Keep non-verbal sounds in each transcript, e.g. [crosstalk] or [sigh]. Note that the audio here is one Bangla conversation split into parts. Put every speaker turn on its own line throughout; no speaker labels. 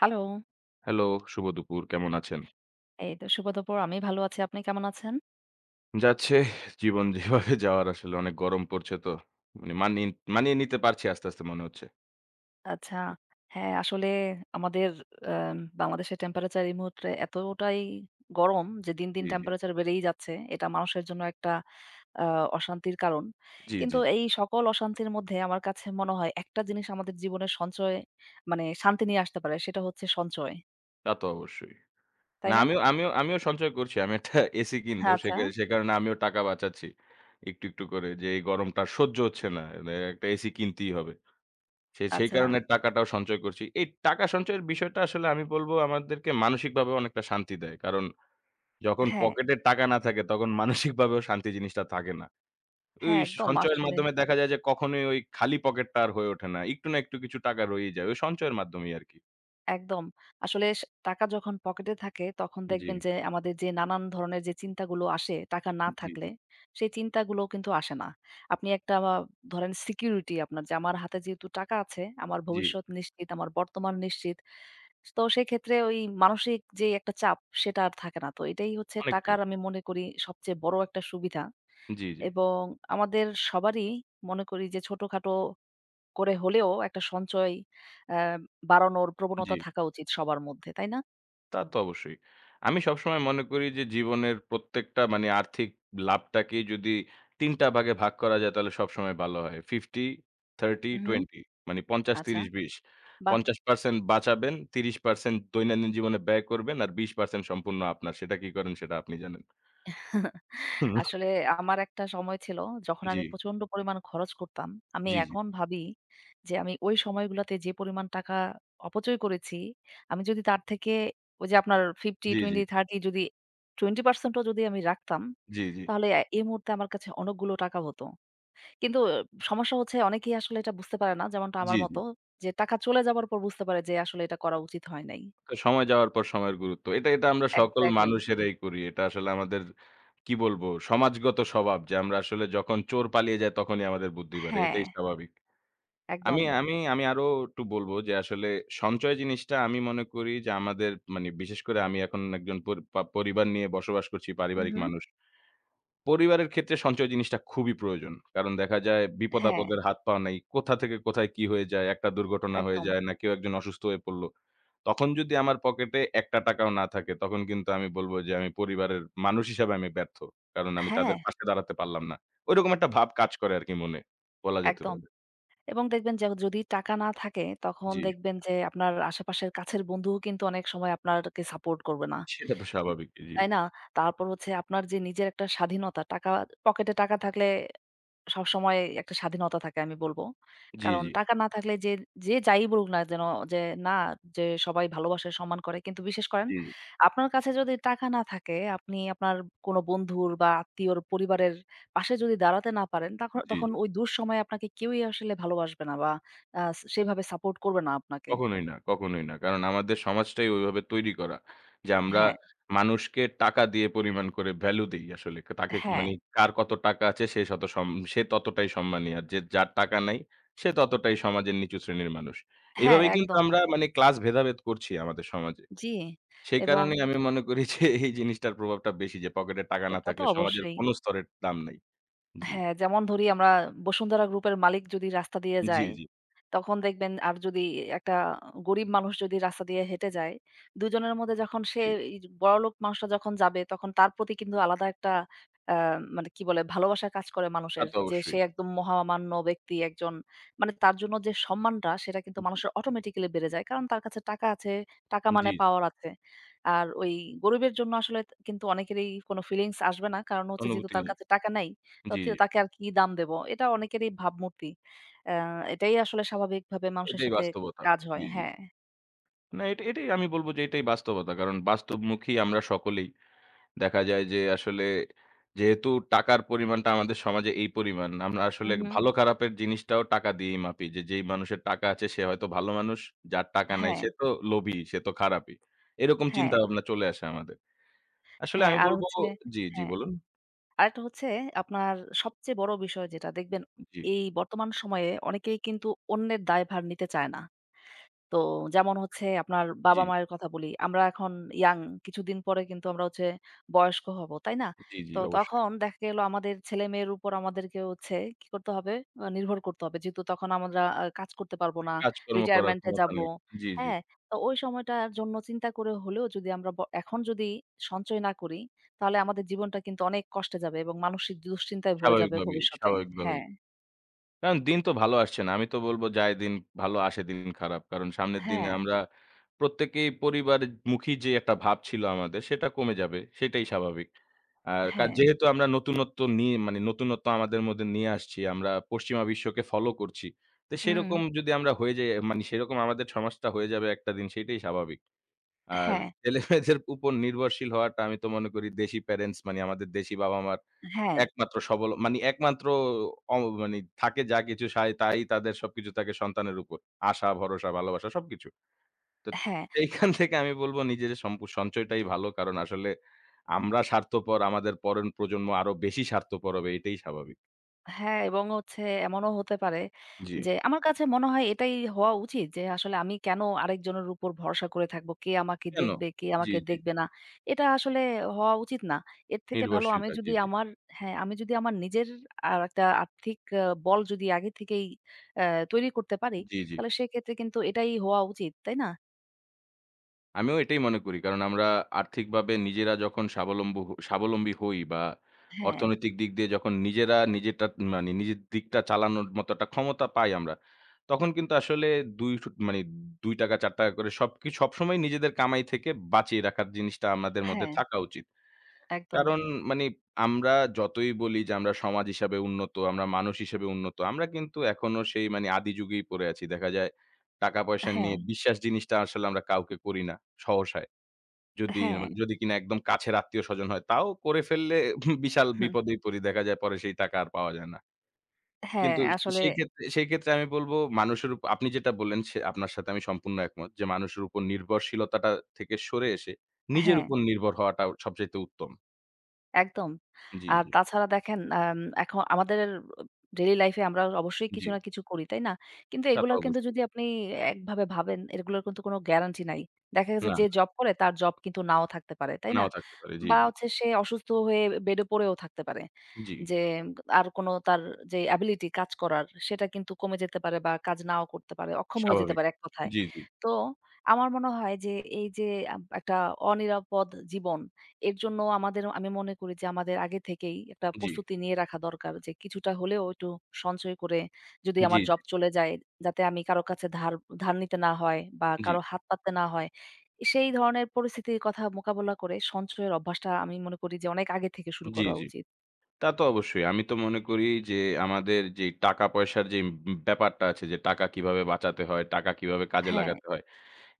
হ্যালো,
হ্যালো, শুভ দুপুর। কেমন আছেন?
এই তো শুভ দুপুর। আমি ভালো আছি। আপনি কেমন আছেন?
যাচ্ছে জীবন যেভাবে যাওয়ার, আসলে অনেক গরম পড়ছে তো। মানে মানিয়ে মানিয়ে নিতে পারছি আস্তে, আস্তে মনে হচ্ছে।
আচ্ছা। হ্যাঁ, আসলে আমাদের বাংলাদেশের টেম্পারেচার এই মুহূর্তে এতটাই গরম যে দিন, দিন
জি, জি।
টেম্পারেচার বেড়েই যাচ্ছে। এটা মানুষের জন্য একটা আ অশান্তির কারণ।
জি, জি।
কিন্তু এই সকল অশান্তির মধ্যে আমার কাছে মনে হয় একটা জিনিস আমাদের জীবনে সঞ্চয় মানে শান্তি নিয়ে আসতে পারে সেটা হচ্ছে সঞ্চয়।
তা তো অবশ্যই।
তাই
না,
না?
আমিও আমিও আমিও সঞ্চয় করছি। আমি একটা এসি কিনবো। সে
আচ্ছা,
কা সে কারণে আমিও টাকা বাঁচাচ্ছি। একটু, একটু করে, যে এই গরমটা আর সহ্য হচ্ছে না। একটা এসি কিনতেই হবে। সেই
আচ্ছা।
কারণে টাকাটাও সঞ্চয় করছি। এই টাকা সঞ্চয়ের বিষয়টা আসলে আমি বলব আমাদেরকে মানসিকভাবেও অনেকটা শান্তি দেয়। কারণ যখন
হ্যাঁ,
পকেটে টাকা না থাকে, তখন মানসিকভাবেও শান্তি জিনিসটা থাকে না। ওই
হ্যাঁ একদম
সঞ্চয়ের
আসলে
মাধ্যমে দেখা যায় যে কখনোই ওই খালি পকেটটা আর হয়ে ওঠে না। একটু না একটু কিছু টাকা রয়েই যায়, ওই সঞ্চয়ের মাধ্যমেই আরকি।
একদম। আসলে টাকা যখন পকেটে থাকে তখন
জি,
দেখবেন যে আমাদের যে নানান ধরনের যে চিন্তাগুলো আসে টাকা না
জি, জি,
থাকলে, সেই চিন্তাগুলো কিন্তু আসে না। আপনি একটা ধরেন সিকিউরিটি আপনার যে আমার হাতে যেহেতু টাকা আছে, আমার
জি।
ভবিষ্যৎ নিশ্চিত, আমার বর্তমান নিশ্চিত। তো সেক্ষেত্রে ওই মানসিক যে একটা চাপ সেটা আর থাকে না। তো এটাই হচ্ছে
অনেকটাই।
টাকার আমি মনে করি সবচেয়ে বড় একটা সুবিধা,
জি, জি,
এবং আমাদের সবারই মনে করি যে ছোটখাটো করে হলেও একটা সঞ্চয় আ বাড়ানোর
জি।
প্রবণতা থাকা উচিত সবার মধ্যে, তাই না?
তা তো অবশ্যই। আমি সবসময় মনে করি যে জীবনের প্রত্যেকটা মানে আর্থিক লাভটাকেই যদি ৩ টা ভাগে ভাগ করা যায় তাহলে সবসময় ভালো হয়। ৫০, ৩০,
উহু,
২০, মানে ৫০,
আচ্ছা,
৩০, ২০।
বাহ!
৫০% বাঁচাবেন, ৩০% দৈনন্দিন জীবনে ব্যয় করবেন, আর ২০% সম্পূর্ণ আপনার। সেটা কি করেন সেটা আপনি জানেন। [laughs]
আসলে আমার একটা সময় ছিল যখন
জি,
আমি প্রচন্ড পরিমাণ খরচ করতাম। আমি
জি, জি।
এখন ভাবি যে আমি ওই সময়গুলাতে যে পরিমাণ টাকা অপচয় করেছি, আমি যদি তার থেকে ওই যে আপনার 50,
জি, জি,
20, 30 যদি 20% ও যদি আমি রাখতাম,
জি, জি,
তাহলে এই মুহূর্তে আমার কাছে অনেকগুলো টাকা হতো। কিন্তু সমস্যা হচ্ছে অনেকেই আসলে এটা বুঝতে পারে না। যেমনটা
জি,
আমার
জি।
মতো যে টাকা চলে যাবার পর বুঝতে পারে যে আসলে এটা করা উচিত হয় নাই।
তো সময় যাওয়ার পর সময়ের গুরুত্ব। এটা আমরা সকল
এক্সাক্টলি।
মানুষেরাই করি। এটা আসলে আমাদের, কি বলবো, সমাজগত স্বভাব যে আমরা আসলে যখন চোর পালিয়ে যায় তখনই আমাদের বুদ্ধি বাড়ে।
হ্যাঁ,
এটাই স্বাভাবিক। আমি,
একদম।
আমি, আমি আরো একটু বলব যে আসলে সঞ্চয় জিনিসটা আমি মনে করি যে আমাদের, মানে বিশেষ করে আমি এখন একজন, পরিবার নিয়ে বসবাস করছি,
হু,
পারিবারিক
হু।
মানুষ। পরিবারের ক্ষেত্রে সঞ্চয় জিনিসটা খুবই প্রয়োজন। কারণ দেখা যায়
হ্যাঁ,
বিপদ-আপদের হাত-পা নাই। কোথা থেকে কোথায় কি হয়ে যায়, একটা দুর্ঘটনা হয়ে
একদম।
যায়, না কেউ একজন অসুস্থ হয়ে পড়ল। তখন যদি আমার পকেটে একটা টাকাও না থাকে, তখন কিন্তু আমি বলব যে আমি পরিবারের মানুষ হিসাবে আমি ব্যর্থ। কারণ আমি
হ্যাঁ,
তাদের পাশে দাঁড়াতে পারলাম না। ঐরকম একটা ভাব কাজ করে আরকি মনে, বলা যেতে
একদম।
পারে।
এবং দেখবেন যে যদি টাকা না থাকে তখন
জি।
দেখবেন যে আপনার আশেপাশের কাছের বন্ধুও কিন্তু অনেক সময় আপনারকে সাপোর্ট করবে না।
সেটা তো স্বাভাবিক। জি।
তাই না? তারপর হচ্ছে আপনার যে নিজের একটা স্বাধীনতা টাকা পকেটে টাকা থাকলে সবসময় একটা স্বাধীনতা থাকে আমি বলব।
জি,
কারণ
জি।
টাকা না থাকলে যে, যে যাই বলুক না যেন, যে না, যে সবাই ভালোবাসে, সম্মান করে। কিন্তু বিশেষ করেন
জি,
আপনার কাছে যদি টাকা না থাকে, আপনি আপনার কোনো বন্ধুর বা আত্মীয়র পরিবারের পাশে যদি দাঁড়াতে না পারেন, তখন
জি।
তখন ওই দুঃসময়ে আপনাকে কেউই আসলে ভালোবাসবে না বা আ সেভাবে সাপোর্ট করবে না আপনাকে।
কখনোই না, কখনোই না। কারণ আমাদের সমাজটাই ওইভাবে তৈরি করা। যে আমরা
হ্যাঁ,
মানুষকে টাকা দিয়ে পরিমাণ করে ভ্যালু দেই আসলে। তাকে কি,
হ্যাঁ,
মানে কার কত টাকা আছে, সে শত সম সে ততটাই সম্মানী। আর যে যার টাকা নাই সে ততটাই সমাজের নিচু শ্রেণীর মানুষ।
হ্যাঁ
এভাবেই কিন্তু
একদম।
আমরা মানে ক্লাস ভেদাভেদ করছি আমাদের সমাজে।
জি।
সেই
এবং
কারণেই আমি মনে করি যে এই জিনিসটার প্রভাবটা বেশি, যে পকেটে টাকা না
এটা তো
থাকলে সমাজের
অবশ্যই।
কোনো স্তরের দাম নাই। জি,
হ্যাঁ, যেমন ধরি আমরা বসুন্ধরা গ্রুপের মালিক যদি রাস্তা দিয়ে
জি,
যায়
জি,
তখন দেখবেন, আর যদি একটা গরিব মানুষ যদি রাস্তা দিয়ে হেঁটে যায়, দুজনের মধ্যে যখন সে
জি।
এই বড়লোক মানুষটা যখন যাবে তখন তার প্রতি কিন্তু আলাদা একটা আ মানে কি বলে ভালোবাসা কাজ করে
তা
মানুষের।
তো
যে
অবশ্যই।
সে একদম মহামান্য ব্যক্তি একজন। মানে তার জন্য যে সম্মানটা সেটা কিন্তু
জি,
মানুষের অটোমেটিক্যালি বেড়ে যায়। কারণ তার কাছে টাকা আছে, টাকা
জি,
মানে পাওয়ার আছে। আর ওই গরিবের জন্য আসলে কিন্তু অনেকেরই কোনো ফিলিংস আসবে না। কারণ হচ্ছে যেহেতু
অনুভূতি
তার
নেই।
কাছে টাকা নাই, তো
জি, জি।
তাকে আর কি দাম দেব? এটা অনেকেরই ভাবমূর্তি। অ্যা আ এটাই আসলে স্বাভাবিকভাবে মানুষের
এটাই
সাথে
বাস্তবতা।
কাজ হয়।
জি, জি।
হ্যাঁ।
না, এটাই আমি বলব যে এটাই বাস্তবতা। কারণ বাস্তবমুখী আমরা সকলেই। দেখা যায় যে আসলে যেহেতু টাকার পরিমাণটা আমাদের সমাজে এই পরিমাণ, আমরা আসলে
হুম, হুম।
ভালো খারাপের জিনিসটাও টাকা দিয়েই মাপি। যে যেই মানুষের টাকা আছে সে হয়তো ভালো মানুষ, যার টাকা নাই
হ্যাঁ,
সে তো লোভী, সে তো খারাপই। এরকম
হ্যাঁ,
চিন্তাভাবনা চলে আসে আমাদের। আসলে
হ্যাঁ।
আমি
আর
বলব,
হচ্ছে
জি, জি
হ্যাঁ।
বলুন।
আরেকটা হচ্ছে আপনার সবচেয়ে বড় বিষয় যেটা দেখবেন
জি,
এই বর্তমান সময়ে অনেকেই কিন্তু অন্যের দায়ভার নিতে চায় না। তো যেমন হচ্ছে আপনার
জি,
বাবা-মায়ের কথা বলি। আমরা এখন ইয়াং, কিছুদিন পরে কিন্তু আমরা হচ্ছে বয়স্ক হব, তাই না?
জি, জি
তো
অবশ্যই।
তখন দেখা গেল আমাদের ছেলেমেয়ের উপর আমাদেরকে হচ্ছে কি করতে হবে? নির্ভর করতে হবে। যেহেতু তখন আমরা কাজ করতে পারব না,
কাজকর্ম করার
রিটায়ারমেন্ট এ
ক্ষমতা
যাব।
নেই। জি, জি।
হ্যাঁ? তো ওই সময়টার জন্য চিন্তা করে হলেও যদি আমরা এখন যদি সঞ্চয় না করি, তাহলে আমাদের জীবনটা কিন্তু অনেক কষ্টে যাবে এবং মানসিক দুশ্চিন্তায় ভরে যাবে
স্বাভাবিকভাবেই,
ভবিষ্যতে।
স্বাভাবিকভাবেই।
হ্যাঁ,
কারণ দিন তো ভালো আসছে না। আমি তো বলব যায় দিন ভালো, আসে দিন খারাপ। কারণ সামনের দিনে
হ্যাঁ,
আমরা প্রত্যেকেই পরিবারমুখী যে একটা ভাব ছিল আমাদের, সেটা কমে যাবে। সেটাই স্বাভাবিক। আর
হ্যাঁ।
যেহেতু আমরা নতুনত্ব নিয়ে, মানে নতুনত্ব আমাদের মধ্যে নিয়ে আসছি, আমরা পশ্চিমা বিশ্বকে ফলো করছি। তো
হুম,
সেরকম যদি আমরা হয়ে যাই, মানে সেরকম আমাদের সমাজটা হয়ে যাবে একটা দিন, সেটাই স্বাভাবিক। আর
হ্যাঁ,
ছেলেমেয়েদের উপর নির্ভরশীল হওয়াটা আমি তো মনে করি দেশি প্যারেন্টস, মানে আমাদের দেশি বাবা-মার
হ্যাঁ,
একমাত্র সবল মানে একমাত্র অ মানে থাকে যা কিছু সায়, তাই তাদের সবকিছু থাকে সন্তানের উপর। আশা, ভরসা, ভালোবাসা, সবকিছু। তো
হ্যাঁ।
এইখান [laughs] থেকে আমি বলব নিজের সঞ্চয়টাই ভালো। কারণ আসলে আমরা স্বার্থপর, আমাদের পরের প্রজন্ম আরো বেশি স্বার্থপর হবে, এটাই স্বাভাবিক।
হ্যাঁ, এবং হচ্ছে এমনও হতে পারে
জি।
যে আমার কাছে মনে হয় এটাই হওয়া উচিত যে আসলে আমি কেন আরেকজনের উপর ভরসা করে থাকবো? কে আমাকে
কেন?
দেখবে, কে
জি,
আমাকে
জি।
দেখবে না? এটা আসলে হওয়া উচিত না। এর থেকে ভালো আমি
নির্ভরশীলতা। জি,
যদি
জি।
আমার, হ্যাঁ, আমি যদি আমার নিজের আর একটা আর্থিক বল যদি আগে থেকেই আ তৈরি করতে পারি,
জি, জি।
তাহলে সেক্ষেত্রে কিন্তু এটাই হওয়া উচিত, তাই না?
আমিও এটাই মনে করি। কারণ আমরা আর্থিকভাবে নিজেরা যখন স্বাবলম্বী হই, বা
হ্যাঁ,
অর্থনৈতিক দিক দিয়ে যখন নিজেরা নিজেরটা, মানে নিজের দিকটা চালানোর মতো একটা ক্ষমতা পাই আমরা, তখন কিন্তু আসলে ২ সু মানে ৳২ ৳৪ করে সবসময় নিজেদের কামাই থেকে বাঁচিয়ে রাখার জিনিসটা আমাদের মধ্যে
হ্যাঁ,
থাকা উচিত।
একদম।
কারণ, মানে, আমরা যতই বলি যে আমরা সমাজ হিসাবে উন্নত, আমরা মানুষ হিসেবে উন্নত, আমরা কিন্তু এখনো সেই মানে আদি যুগেই পড়ে আছি। দেখা যায় টাকা-পয়সা
হ্যাঁ,
নিয়ে বিশ্বাস জিনিসটা আসলে আমরা কাউকে করি না সহসা। যদি
হ্যাঁ,
যদি কিনা একদম কাছের আত্মীয়স্বজন হয়, তাও করে ফেললে বিশাল
হুম,
বিপদেই পড়ি। দেখা যায় পরে সেই টাকা আর পাওয়া যায় না।
হ্যাঁ,
কিন্তু
আসলে
সেই ক্ষেত্রে, সেই ক্ষেত্রে আমি বলব, মানুষের উপ, আপনি যেটা বললেন সে আপনার সাথে আমি সম্পূর্ণ একমত, যে মানুষের উপর নির্ভরশীলতাটা থেকে সরে এসে নিজের
হ্যাঁ।
উপর নির্ভর হওয়াটা সবচাইতে উত্তম।
একদম।
জি,
আর
জি,
তাছাড়া দেখেন এখন আমাদের ডেইলি লাইফে আমরা অবশ্যই
জি।
কিছু না কিছু করি, তাই না? কিন্তু
তা তো
এগুলার কিন্তু
অবশ্যই।
যদি আপনি একভাবে ভাবেন, এগুলোর কিন্তু কোনো গ্যারান্টি নাই। দেখা গেছে
না,
যে জব করে তার জব কিন্তু নাও থাকতে পারে, তাই না?
নাও থাকতে পারে। জি,
বা
জি,
হচ্ছে সে অসুস্থ হয়ে বেডে পড়েও থাকতে পারে।
জি।
যে আর কোনো তার যে অ্যাবিলিটি কাজ করার সেটা কিন্তু কমে যেতে পারে বা কাজ নাও করতে পারে। অক্ষম হয়ে যেতে
স্বাভাবিক।
পারে এক কথায়।
জি, জি,
তো আমার মনে হয় যে এই যে একটা অনিরাপদ জীবন এর জন্য আমাদের আমি মনে করি যে আমাদের আগে থেকেই একটা
জি,
প্রস্তুতি নিয়ে রাখা দরকার যে কিছুটা হলেও একটু সঞ্চয় করে যদি
জি,
আমার জব
জি,
চলে যায়, যাতে আমি কারো কাছে ধার ধার নিতে না হয় বা
জি,
কারো হাত পাততে না হয়। সেই ধরনের পরিস্থিতির কথা মোকাবেলা করে সঞ্চয়ের অভ্যাসটা আমি মনে করি যে অনেক আগে থেকে শুরু
জি,
করা
জি।
উচিত।
তা তো অবশ্যই। আমি তো মনে করি যে আমাদের যে টাকা-পয়সার, যে ব্যাপারটা আছে, যে টাকা কিভাবে বাঁচাতে হয়, টাকা কিভাবে কাজে
হ্যাঁ,
লাগাতে হয়।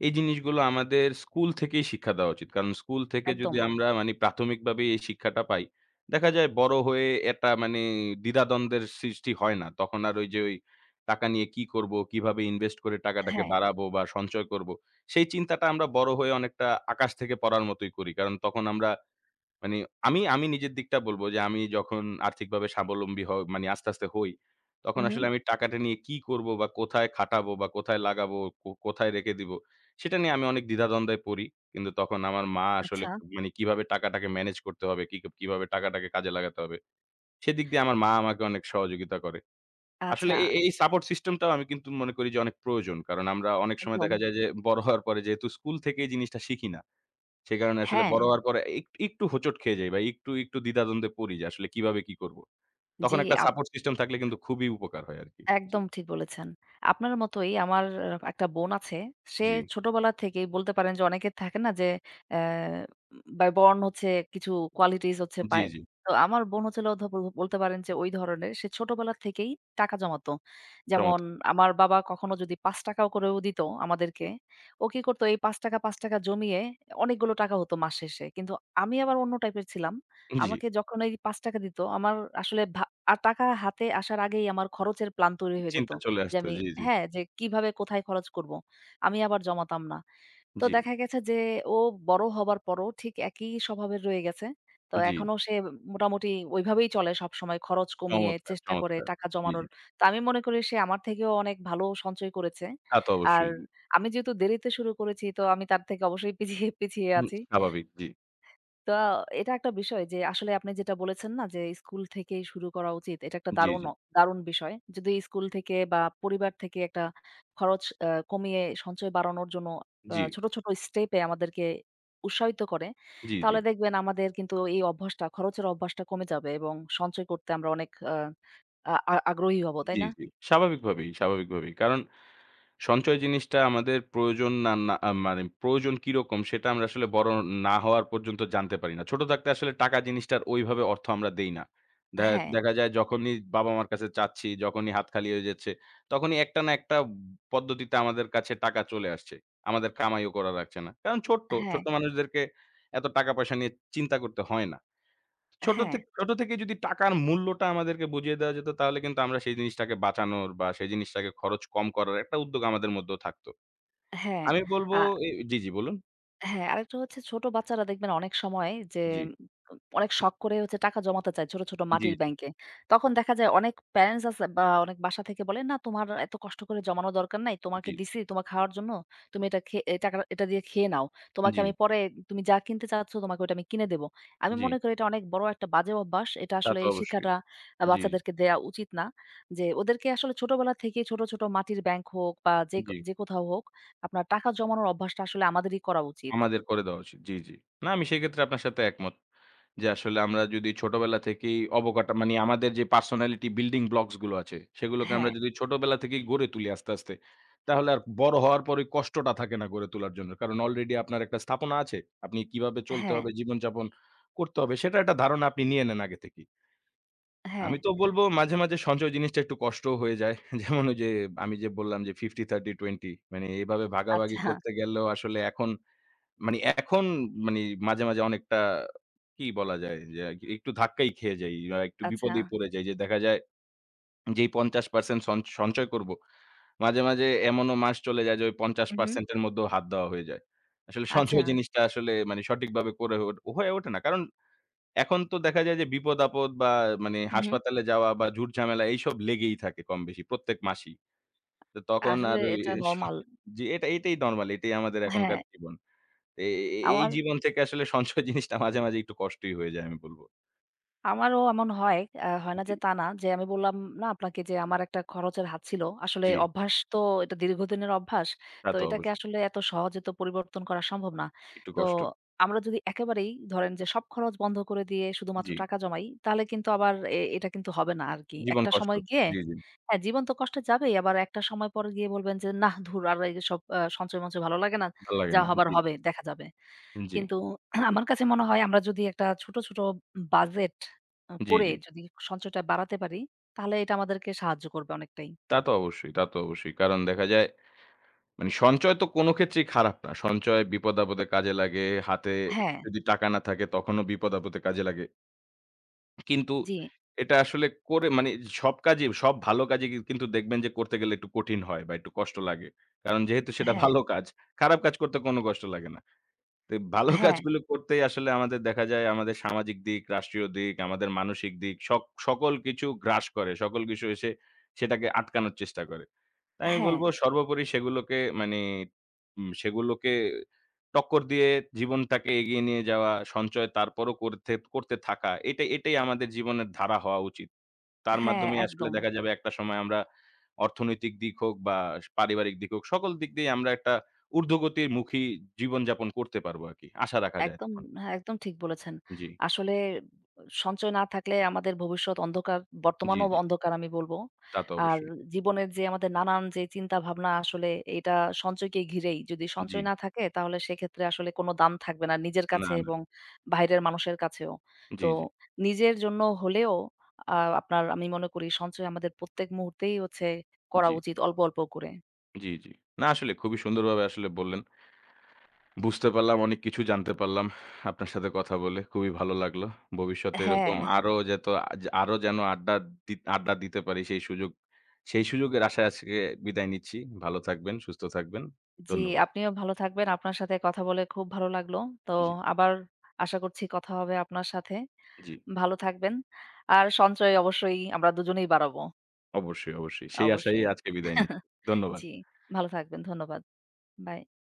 এই জিনিসগুলো আমাদের স্কুল থেকেই শিক্ষা দেওয়া উচিত। কারণ স্কুল থেকে যদি
একদম।
আমরা মানে প্রাথমিকভাবেই এই শিক্ষাটা পাই, দেখা যায় বড় হয়ে এটা মানে দ্বিধাদ্বন্দ্বের সৃষ্টি হয় না। তখন আর ওই যে ওই টাকা নিয়ে কি করব, কিভাবে ইনভেস্ট করে টাকাটাকে
হ্যাঁ।
বাড়াবো বা সঞ্চয় করব, সেই চিন্তাটা আমরা বড় হয়ে অনেকটা আকাশ থেকে পড়ার মতোই করি। কারণ তখন আমরা, মানে, আমি নিজের দিকটা বলব, যে আমি যখন আর্থিকভাবে স্বাবলম্বী মানে আস্তে, আস্তে হই, তখন
উহু।
আসলে আমি টাকাটা নিয়ে কি করব বা কোথায় খাটাবো বা কোথায় লাগাবো, কোথায় রেখে দিব, সেটা নিয়ে আমি অনেক দ্বিধাদ্বন্দ্বে পড়ি। কিন্তু তখন আমার মা আসলে,
আচ্ছা,
মানে কিভাবে টাকাটাকে ম্যানেজ করতে হবে, কি কিভাবে টাকাটাকে কাজে লাগাতে হবে, সেদিক দিয়ে আমার মা আমাকে অনেক সহযোগিতা করে। আসলে
আচ্ছা।
এই সাপোর্ট সিস্টেমটাও আমি কিন্তু মনে করি যে অনেক প্রয়োজন। কারণ আমরা অনেক সময়
একদম।
দেখা যায় যে বড় হওয়ার পরে যেহেতু স্কুল থেকেই জিনিসটা শিখি না, সেই কারণে আসলে
হ্যাঁ,
বড় হওয়ার পরে একটু হোঁচট খেয়ে যাই ভাই। একটু, একটু দ্বিধাদ্বন্দ্বে পড়ি যে আসলে কিভাবে কি করব?
জি।
তখন একটা সাপোর্ট সিস্টেম থাকলে কিন্তু খুবই উপকার হয় আরকি। জি,
একদম ঠিক বলেছেন। আপনার মতোই আমার একটা বোন আছে। সে
জি,
ছোটবেলা থেকেই বলতে পারেন যে অনেকে থাকে না যে অ্যা বা বর্ন হচ্ছে কিছু কোয়ালিটিস হচ্ছে
জি,
পায়।
জি।
তো আমার বোন হচ্ছে হলো বলতে পারেন যে ওই ধরনের। সে ছোটবেলা থেকেই টাকা জমাতো। যেমন
চমৎকার।
আমার বাবা কখনো যদি ৳৫ করেও দিত
জি,
আমাদেরকে, ও কি করতো এই ৳৫, ৳৫ জমিয়ে অনেকগুলো টাকা হতো মাস শেষে। কিন্তু আমি আবার অন্য টাইপের ছিলাম।
জি।
আমাকে যখন এই ৳৫ দিত, আমার আসলে আর টাকা হাতে আসার আগেই আমার খরচের প্ল্যান তৈরি হয়ে যেত।
চিন্তা চলে
যে
আসতো।
আমি,
জি, জি,
হ্যাঁ, যে কিভাবে কোথায় খরচ করব। আমি আবার জমাতাম না। তো
জি,
দেখা গেছে যে ও বড় হবার পরও ঠিক একই স্বভাবের রয়ে গেছে। তো
জি।
এখনো সে মোটামুটি ওইভাবেই চলে সবসময় খরচ কমিয়ে
চমৎকার,
চেষ্টা করে
চমৎকার।
টাকা
জি,
জমানোর।
জি।
তো আমি মনে করি সে আমার থেকেও অনেক ভালো সঞ্চয় করেছে।
তা তো
আর
অবশ্যই। জি,
আমি যেহেতু দেরিতে শুরু করেছি তো আমি তার থেকে অবশ্যই পিছিয়ে, পিছিয়ে
হুম,
আছি।
স্বাভাবিক। জি,
তো এটা একটা বিষয় যে আসলে আপনি যেটা বলেছেন না যে স্কুল থেকেই শুরু করা উচিত। এটা একটা
জি,
দারুণ
জি,
দারুণ বিষয়। যদি স্কুল থেকে বা পরিবার থেকে একটা খরচ কমিয়ে সঞ্চয় বাড়ানোর জন্য
জি,
ছোট, ছোট স্টেপে আমাদেরকে উৎসাহিত করে,
জি, জি,
তাহলে দেখবেন আমাদের কিন্তু এই অভ্যাসটা, খরচের অভ্যাসটা কমে যাবে এবং সঞ্চয় করতে আমরা অনেক আহ, আ আ আগ্রহী হব,
জি,
তাই না?
জি। স্বাভাবিকভাবেই, স্বাভাবিকভাবেই। কারণ সঞ্চয় জিনিসটা আমাদের প্রয়োজন, না, না মানে প্রয়োজন কিরকম সেটা আমরা আসলে বড় না হওয়ার পর্যন্ত জানতে পারি না। ছোট থাকতে আসলে টাকা জিনিসটার ওইভাবে অর্থ আমরা দেই না। দে
হ্যাঁ,
দেখা যায় যখনই বাবা-মার কাছে চাচ্ছি, যখনই হাত খালি হয়ে যাচ্ছে, তখনই একটা না একটা পদ্ধতিতে আমাদের কাছে টাকা চলে আসছে। আমাদের কামাইও করা লাগছে না। কারণ ছোট্ট,
হ্যাঁ,
ছোট্ট মানুষদেরকে এত টাকা-পয়সা নিয়ে চিন্তা করতে হয় না।
হ্যাঁ,
ছোট থেকে যদি টাকার মূল্যটা আমাদেরকে বুঝিয়ে দেওয়া যেত, তাহলে কিন্তু আমরা সেই জিনিসটাকে বাঁচানোর বা সেই জিনিসটাকে খরচ কম করার একটা উদ্যোগ আমাদের মধ্যেও থাকতো।
হ্যাঁ,
আমি বলব,
আ
জি, জি বলুন।
হ্যাঁ, আরেকটা হচ্ছে ছোট বাচ্চারা দেখবেন অনেক সময় যে
জি,
অনেক শখ করে হচ্ছে টাকা জমাতে চায় ছোট, ছোট
জি,
মাটির
জি,
ব্যাংকে। তখন দেখা যায় অনেক প্যারেন্টস আছে বা অনেক বাসা থেকে বলে, "না তোমার এত কষ্ট করে জমানো দরকার নাই। তোমাকে
জি,
দিছি তোমার খাওয়ার জন্য। তুমি এটা এ টাকা এটা দিয়ে খেয়ে নাও। তোমাকে
জি,
আমি পরে তুমি যা কিনতে চাচ্ছ তোমাকে ওটা আমি কিনে দেব।" আমি
জি।
মনে করি এটা অনেক বড় একটা বাজে অভ্যাস। এটা
তা
আসলে
তো
এই
অবশ্যই।
শিক্ষাটা
জি,
বাচ্চাদেরকে দেয়া উচিত না। যে ওদেরকে আসলে ছোটবেলা থেকেই ছোট, ছোট মাটির ব্যাংক হোক বা যে
জি।
যে কোথাও হোক আপনার টাকা জমানোর অভ্যাসটা আসলে আমাদেরই করা উচিত।
আমাদের করে দেওয়া উচিত। জি, জি। না, আমি সেক্ষেত্রে আপনার সাথে একমত। যে আসলে আমরা যদি ছোটবেলা থেকেই, অবকাঠা মানে আমাদের যে পার্সোনালিটি বিল্ডিং ব্লকস গুলো আছে, সেগুলোকে আমরা
হ্যাঁ,
যদি ছোটবেলা থেকেই গড়ে তুলি আস্তে, আস্তে, তাহলে আর বড় হওয়ার পরে কষ্টটা থাকে না গড়ে তোলার জন্য। কারণ অলরেডি আপনার একটা স্থাপনা আছে। আপনি কিভাবে চলতে
হ্যাঁ,
হবে, জীবনযাপন করতে হবে সেটার একটা ধারণা আপনি নিয়ে নেন আগে থেকেই।
হ্যাঁ।
আমি তো বলব মাঝে, মাঝে, সঞ্চয় জিনিসটা একটু কষ্টও হয়ে যায়। [laughs] যেমন ওই যে আমি যে বললাম যে ৫০, ৩০, ২০, মানে এভাবে ভাগাভাগি
আচ্ছা,
করতে গেলেও আসলে এখন, মানে এখন, মানে মাঝে, মাঝে অনেকটা কি বলা যায় যে একটু ধাক্কাই খেয়ে যাই বা একটু
আচ্ছা।
বিপদেই পড়ে যাই, যে দেখা যায় যেই ৫০% সঞ্চয় করব, মাঝে, মাঝে এমনও মাস চলে যায় যে ওই
হু, হু।
৫০% এর মধ্যেও হাত দেওয়া হয়ে যায়। আসলে
আচ্ছা।
সঞ্চয় জিনিসটা আসলে মানে সঠিকভাবে করে হয়ে হয়ে ওঠে না। কারণ এখন তো দেখা যায় যে বিপদ-আপদ বা, মানে,
হু, হু।
হাসপাতালে যাওয়া বা ঝুট-ঝামেলা, এইসব লেগেই থাকে কম বেশি প্রত্যেক মাসেই। তো তখন
আসলে
আর ওই,
এটা নরমাল।
[laughs] জি, এটাই নরমাল, এটাই আমাদের এখনকার
হ্যাঁ,
জীবন। এ এ এই
আমার
জীবন থেকে আসলে সঞ্চয় [laughs] জিনিসটা মাঝে, মাঝে একটু কষ্টই হয়ে যায় আমি বলব।
আমারও এমন হয়। হয় না
জি,
যে তা না। যে আমি বললাম না আপনাকে যে আমার একটা খরচের হাত ছিল। আসলে
জি,
অভ্যাস তো এটা দীর্ঘদিনের অভ্যাস।
তা
তো
তো
এটাকে
অবশ্যই।
আসলে এত সহজে তো পরিবর্তন করা সম্ভব না।
একটু
তো
কষ্ট।
আমরা যদি একেবারেই ধরেন যে সব খরচ বন্ধ করে দিয়ে শুধুমাত্র
জি,
টাকা জমাই, তাহলে কিন্তু আবার এটা কিন্তু হবে না আরকি।
জীবন
একটা
কষ্ট।
সময় গিয়ে
জি, জি।
হ্যাঁ, জীবন তো কষ্টে যাবেই। আবার একটা সময় পরে গিয়ে বলবেন যে, "নাহ, ধুর আর এইসব সঞ্চয়-মঞ্চয় ভালো লাগে না।
ভাল লাগে
যা
না।
হবার
জি,
হবে, দেখা যাবে।"
জি,
কিন্তু [clears throat] আমার কাছে মনে হয় আমরা যদি একটা ছোট, ছোট বাজেট
জি,
করে
জি।
যদি সঞ্চয়টা বাড়াতে পারি, তাহলে এটা আমাদেরকে সাহায্য করবে অনেকটাই।
তা তো অবশ্যই, তা তো অবশ্যই। কারণ দেখা যায়, মানে সঞ্চয় তো কোনো ক্ষেত্রেই খারাপ না। সঞ্চয় বিপদ-আপদে কাজে লাগে। হাতে
হ্যাঁ,
যদি টাকা না থাকে তখনও বিপদ-আপদে কাজে লাগে। কিন্তু
জি।
এটা আসলে করে, মানে সব কাজে, সব ভালো কাজে কি কিন্তু দেখবেন যে করতে গেলে একটু কঠিন হয় বা একটু কষ্ট লাগে। কারণ যেহেতু সেটা
হ্যাঁ,
ভালো কাজ। খারাপ কাজ করতে কোনো কষ্ট লাগে না। তো ভালো
হ্যাঁ,
কাজগুলো করতেই আসলে আমাদের দেখা যায় আমাদের সামাজিক দিক, রাষ্ট্রীয় দিক, আমাদের মানসিক দিক, সকল কিছু গ্রাস করে। সকল কিছু এসে সেটাকে আটকানোর চেষ্টা করে। আমি
হ্যাঁ,
বলব সর্বোপরি সেগুলোকে, মানে সেগুলোকে টক্কর দিয়ে জীবনটাকে এগিয়ে নিয়ে যাওয়া, সঞ্চয় তারপরও করতে করতে থাকা। এটাই এটাই আমাদের জীবনের ধারা হওয়া উচিত। তার
হ্যাঁ,
মাধ্যমেই আসলে
একদম।
দেখা যাবে একটা সময় আমরা, অর্থনৈতিক দিক হোক বা পারিবারিক দিক হোক, সকল দিক দিয়েই আমরা একটা ঊর্ধ্বগতির মুখী জীবনযাপন করতে পারবো আরকি। আশা রাখা যায়
একদম
তখন।
হ্যাঁ, একদম ঠিক বলেছেন।
জি,
আসলে সঞ্চয় না থাকলে আমাদের ভবিষ্যৎ অন্ধকার,
জি,
বর্তমানও
জি।
অন্ধকার আমি বলব।
তা তো
আর
অবশ্যই।
জীবনের যে আমাদের নানান যে চিন্তাভাবনা আসলে এটা সঞ্চয়কে ঘিরেই। যদি
জি।
সঞ্চয় না থাকে তাহলে সেক্ষেত্রে আসলে কোনো দাম থাকবে না নিজের
না,
কাছে
না।
এবং বাইরের মানুষের কাছেও।
জি,
তো
জি,
নিজের জন্য হলেও আপনার আমি মনে করি সঞ্চয় আমাদের প্রত্যেক মুহূর্তেই হচ্ছে করা
জি,
উচিত অল্প, অল্প করে।
জি, জি। না, আসলে খুবই সুন্দরভাবে আসলে বললেন। বুঝতে পারলাম, অনেক কিছু জানতে পারলাম আপনার সাথে কথা বলে। খুবই ভালো লাগলো। ভবিষ্যতে এরকম
হ্যাঁ।
আরো যেত, আজ আরো যেন আড্ডা আড্ডা দিতে পারি, সেই সুযোগ, সেই সুযোগের আশায় আজকে বিদায় নিচ্ছি। ভালো থাকবেন, সুস্থ থাকবেন।
জি,
ধন্যবাদ।
আপনিও ভালো থাকবেন। আপনার সাথে কথা বলে খুব ভালো লাগলো। তো
জি,
আবার আশা করছি কথা হবে আপনার সাথে।
জি।
ভালো থাকবেন। আর সঞ্চয় অবশ্যই আমরা দুজনেই বাড়াবো।
অবশ্যই, অবশ্যই। সেই
অবশ্যই।
আশায়ই আজকে বিদায় নিচ্ছি।
[laughs]
ধন্যবাদ।
জি, ভালো থাকবেন। ধন্যবাদ। বাই।